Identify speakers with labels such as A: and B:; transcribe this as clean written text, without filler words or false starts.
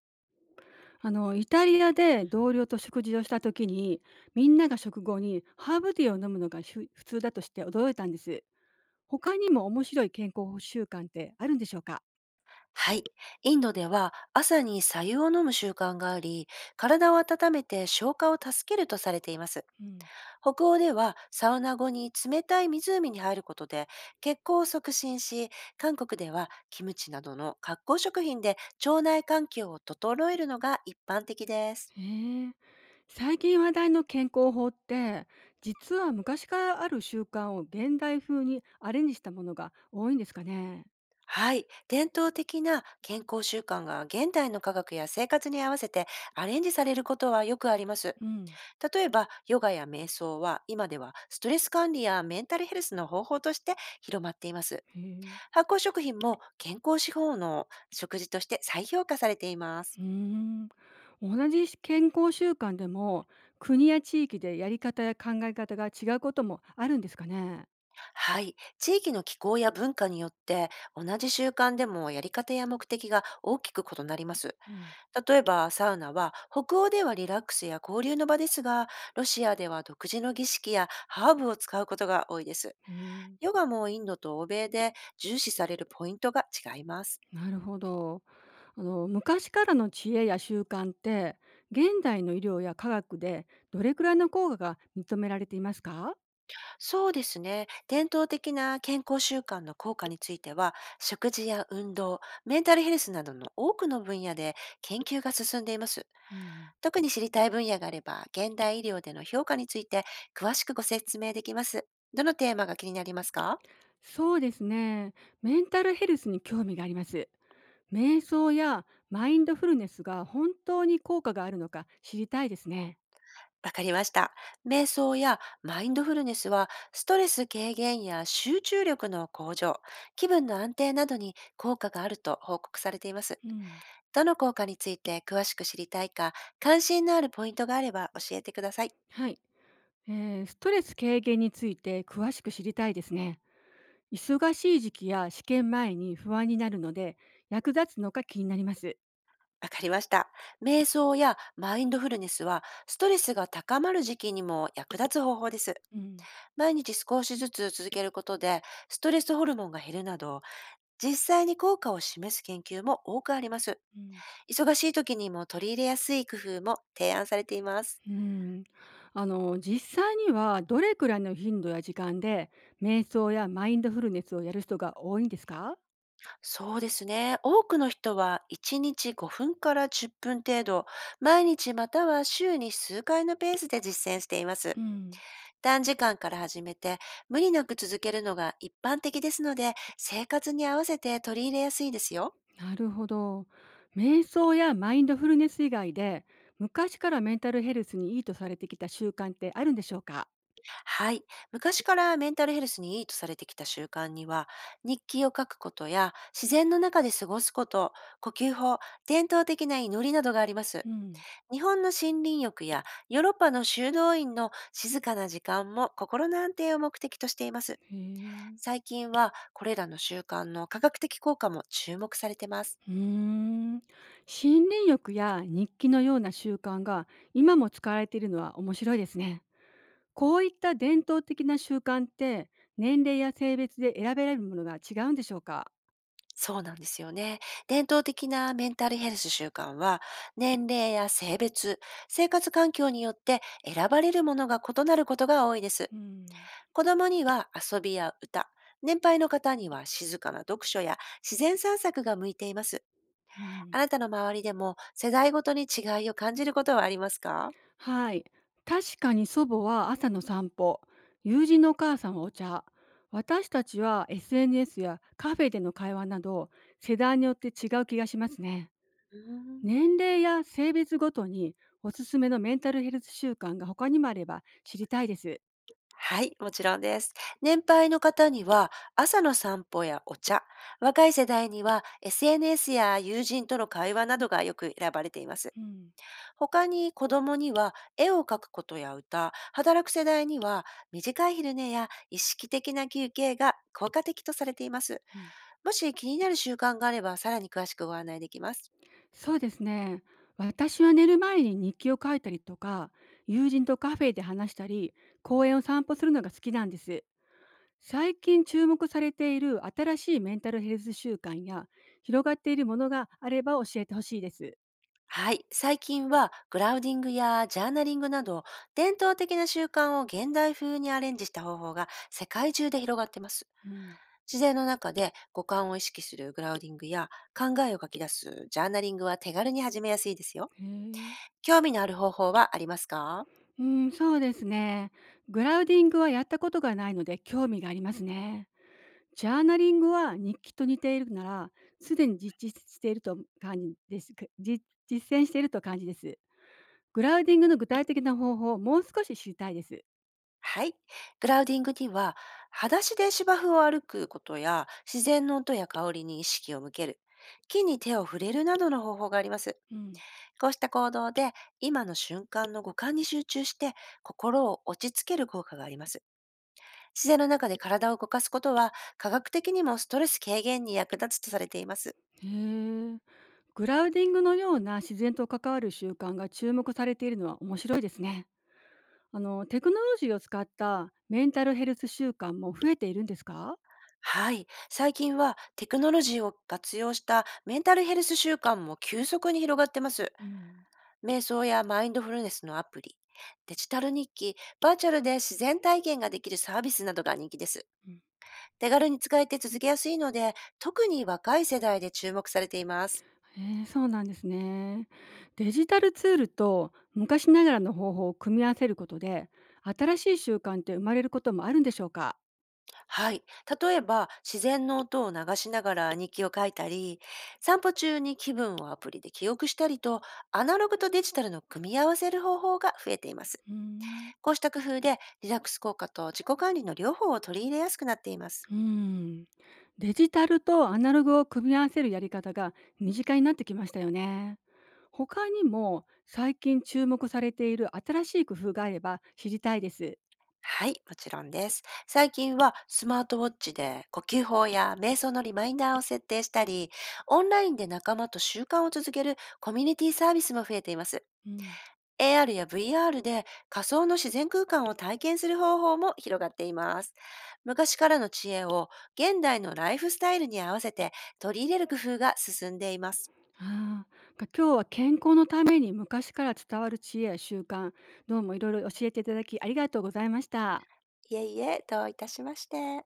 A: イタリアで同僚と食事をした時に、みんなが食後にハーブティーを飲むのが普通だとして驚いたんです。他にも面白い健康習慣ってあるんでしょうか？
B: はい。インドでは朝に白湯を飲む習慣があり、体を温めて消化を助けるとされています。
A: うん。
B: 北欧ではサウナ後に冷たい湖に入ることで血行を促進し、韓国ではキムチなどの発酵食品で腸内環境を整えるのが一般的です。
A: へえ。最近話題の健康法って、実は昔からある習慣を現代風にアレンジしたものが多いんですかね。
B: はい。伝統的な健康習慣が現代の科学や生活に合わせてアレンジされることはよくあります。
A: うん。
B: 例えば、ヨガや瞑想は今ではストレス管理やメンタルヘルスの方法として広まっています。
A: へえ。
B: 発酵食品も健康志向の食事として再評価されています。
A: うーん。同じ健康習慣でも、国や地域でやり方や考え方が違うこともあるんですかね。
B: はい。地域の気候や文化によって同じ習慣でもやり方や目的が大きく異なります。
A: うん。
B: 例えば、サウナは北欧ではリラックスや交流の場ですが、ロシアでは独自の儀式やハーブを使うことが多いです。
A: へえ。
B: ヨガもインドと欧米で重視されるポイントが違います。
A: なるほど。昔からの知恵や習慣って、現代の医療や科学でどれくらいの効果が認められていますか？
B: そうですね。伝統的な健康習慣の効果については、食事や運動、メンタルヘルスなどの多くの分野で研究が進んでいます。
A: うん。
B: 特に知りたい分野があれば、現代医療での評価について詳しくご説明できます。どのテーマが気になりますか。
A: そうですね。メンタルヘルスに興味があります。瞑想やマインドフルネスが本当に効果があるのか知りたいですね。
B: わかりました。瞑想やマインドフルネスは、ストレス軽減や集中力の向上、気分の安定などに効果があると報告されています。
A: うん。
B: どの効果について詳しく知りたいか、関心のあるポイントがあれば教えてください。
A: はい。ストレス軽減について詳しく知りたいですね。忙しい時期や試験前に不安になるので、役立つのか気になります。
B: わかりました。瞑想やマインドフルネスは、ストレスが高まる時期にも役立つ方法です。
A: うん。
B: 毎日少しずつ続けることで、ストレスホルモンが減るなど、実際に効果を示す研究も多くあります。
A: うん。
B: 忙しい時にも取り入れやすい工夫も提案されています。
A: うん。実際にはどれくらいの頻度や時間で瞑想やマインドフルネスをやる人が多いんですか？
B: そうですね。多くの人は1日5分から10分程度、毎日または週に数回のペースで実践しています。
A: うん。
B: 短時間から始めて、無理なく続けるのが一般的ですので、生活に合わせて取り入れやすいですよ。
A: なるほど。瞑想やマインドフルネス以外で、昔からメンタルヘルスにいいとされてきた習慣ってあるんでしょうか？
B: はい。昔からメンタルヘルスにいいとされてきた習慣には、日記を書くことや、自然の中で過ごすこと、呼吸法、伝統的な祈りなどがあります。
A: うん。
B: 日本の森林浴やヨーロッパの修道院の静かな時間も心の安定を目的としています。
A: へえ。
B: 最近はこれらの習慣の科学的効果も注目されてます。
A: うーん。森林浴や日記のような習慣が今も使われているのは面白いですね。こういった伝統的な習慣って、年齢や性別で選べられるものが違うんでしょうか？
B: そうなんですよね。伝統的なメンタルヘルス習慣は年齢や性別、生活環境によって選ばれるものが異なることが多いです。
A: うん。
B: 子供には遊びや歌、年配の方には静かな読書や自然散策が向いています。
A: うん。
B: あなたの周りでも世代ごとに違いを感じることはありますか？
A: はい。確かに、祖母は朝の散歩、友人のお母さんはお茶、私たちは SNS やカフェでの会話など、世代によって違う気がしますね。
B: うーん。
A: 年齢や性別ごとにおすすめのメンタルヘルス習慣が他にもあれば知りたいです。
B: はい、もちろんです。年配の方には朝の散歩やお茶、若い世代には SNS や友人との会話などがよく選ばれています。
A: うん。
B: 他に子供には絵を描くことや歌、働く世代には短い昼寝や意識的な休憩が効果的とされています。
A: うん。
B: もし気になる習慣があれば、さらに詳しくご案内できます。
A: そうですね。私は寝る前に日記を書いたりとか、友人とカフェで話したり、公園を散歩するのが好きなんです。最近注目されている新しいメンタルヘルス習慣や広がっているものがあれば教えてほしいです。
B: はい。最近は、グラウディングやジャーナリングなど、伝統的な習慣を現代風にアレンジした方法が世界中で広がってます。
A: うん。
B: 自然の中で五感を意識するグラウディングや、考えを書き出すジャーナリングは手軽に始めやすいですよ。
A: へえ。
B: 興味のある方法はありますか。
A: うん。そうですね。グラウディングはやったことがないので興味がありますね。ジャーナリングは日記と似ているなら、すでに実践していると感じです。実践していると感じです。グラウディングの具体的な方法をもう少し知りたいです。
B: はい。グラウディングには、裸足で芝生を歩くことや、自然の音や香りに意識を向ける、木に手を触れるなどの方法があります。
A: うん。
B: こうした行動で今の瞬間の五感に集中して心を落ち着ける効果があります。自然の中で体を動かすことは科学的にもストレス軽減に役立つとされています。
A: へえ。グラウディングのような自然と関わる習慣が注目されているのは面白いですね。テクノロジーを使ったメンタルヘルス習慣も増えているんですか？
B: はい。最近はテクノロジーを活用したメンタルヘルス習慣も急速に広がってます。
A: うん。
B: 瞑想やマインドフルネスのアプリ、デジタル日記、バーチャルで自然体験ができるサービスなどが人気です。
A: うん。
B: 手軽に使えて続けやすいので、特に若い世代で注目されています。
A: へえ。そうなんですね。デジタルツールと昔ながらの方法を組み合わせることで、新しい習慣って生まれることもあるんでしょうか？
B: はい。例えば、自然の音を流しながら日記を書いたり、散歩中に気分をアプリで記憶したりと、アナログとデジタルの組み合わせる方法が増えています。
A: うん。
B: こうした工夫で、リラックス効果と自己管理の両方を取り入れやすくなっています。
A: うん。デジタルとアナログを組み合わせるやり方が身近になってきましたよね。他にも最近注目されている新しい工夫があれば知りたいです。
B: はい、もちろんです。最近はスマートウォッチで呼吸法や瞑想のリマインダーを設定したり、オンラインで仲間と習慣を続けるコミュニティサービスも増えています。
A: うん。
B: AR や VR で仮想の自然空間を体験する方法も広がっています。昔からの知恵を現代のライフスタイルに合わせて取り入れる工夫が進んでいます。
A: ああ。今日は健康のために昔から伝わる知恵や習慣、どうもいろいろ教えていただきありがとうございました。
B: いえいえ、どういたしまして。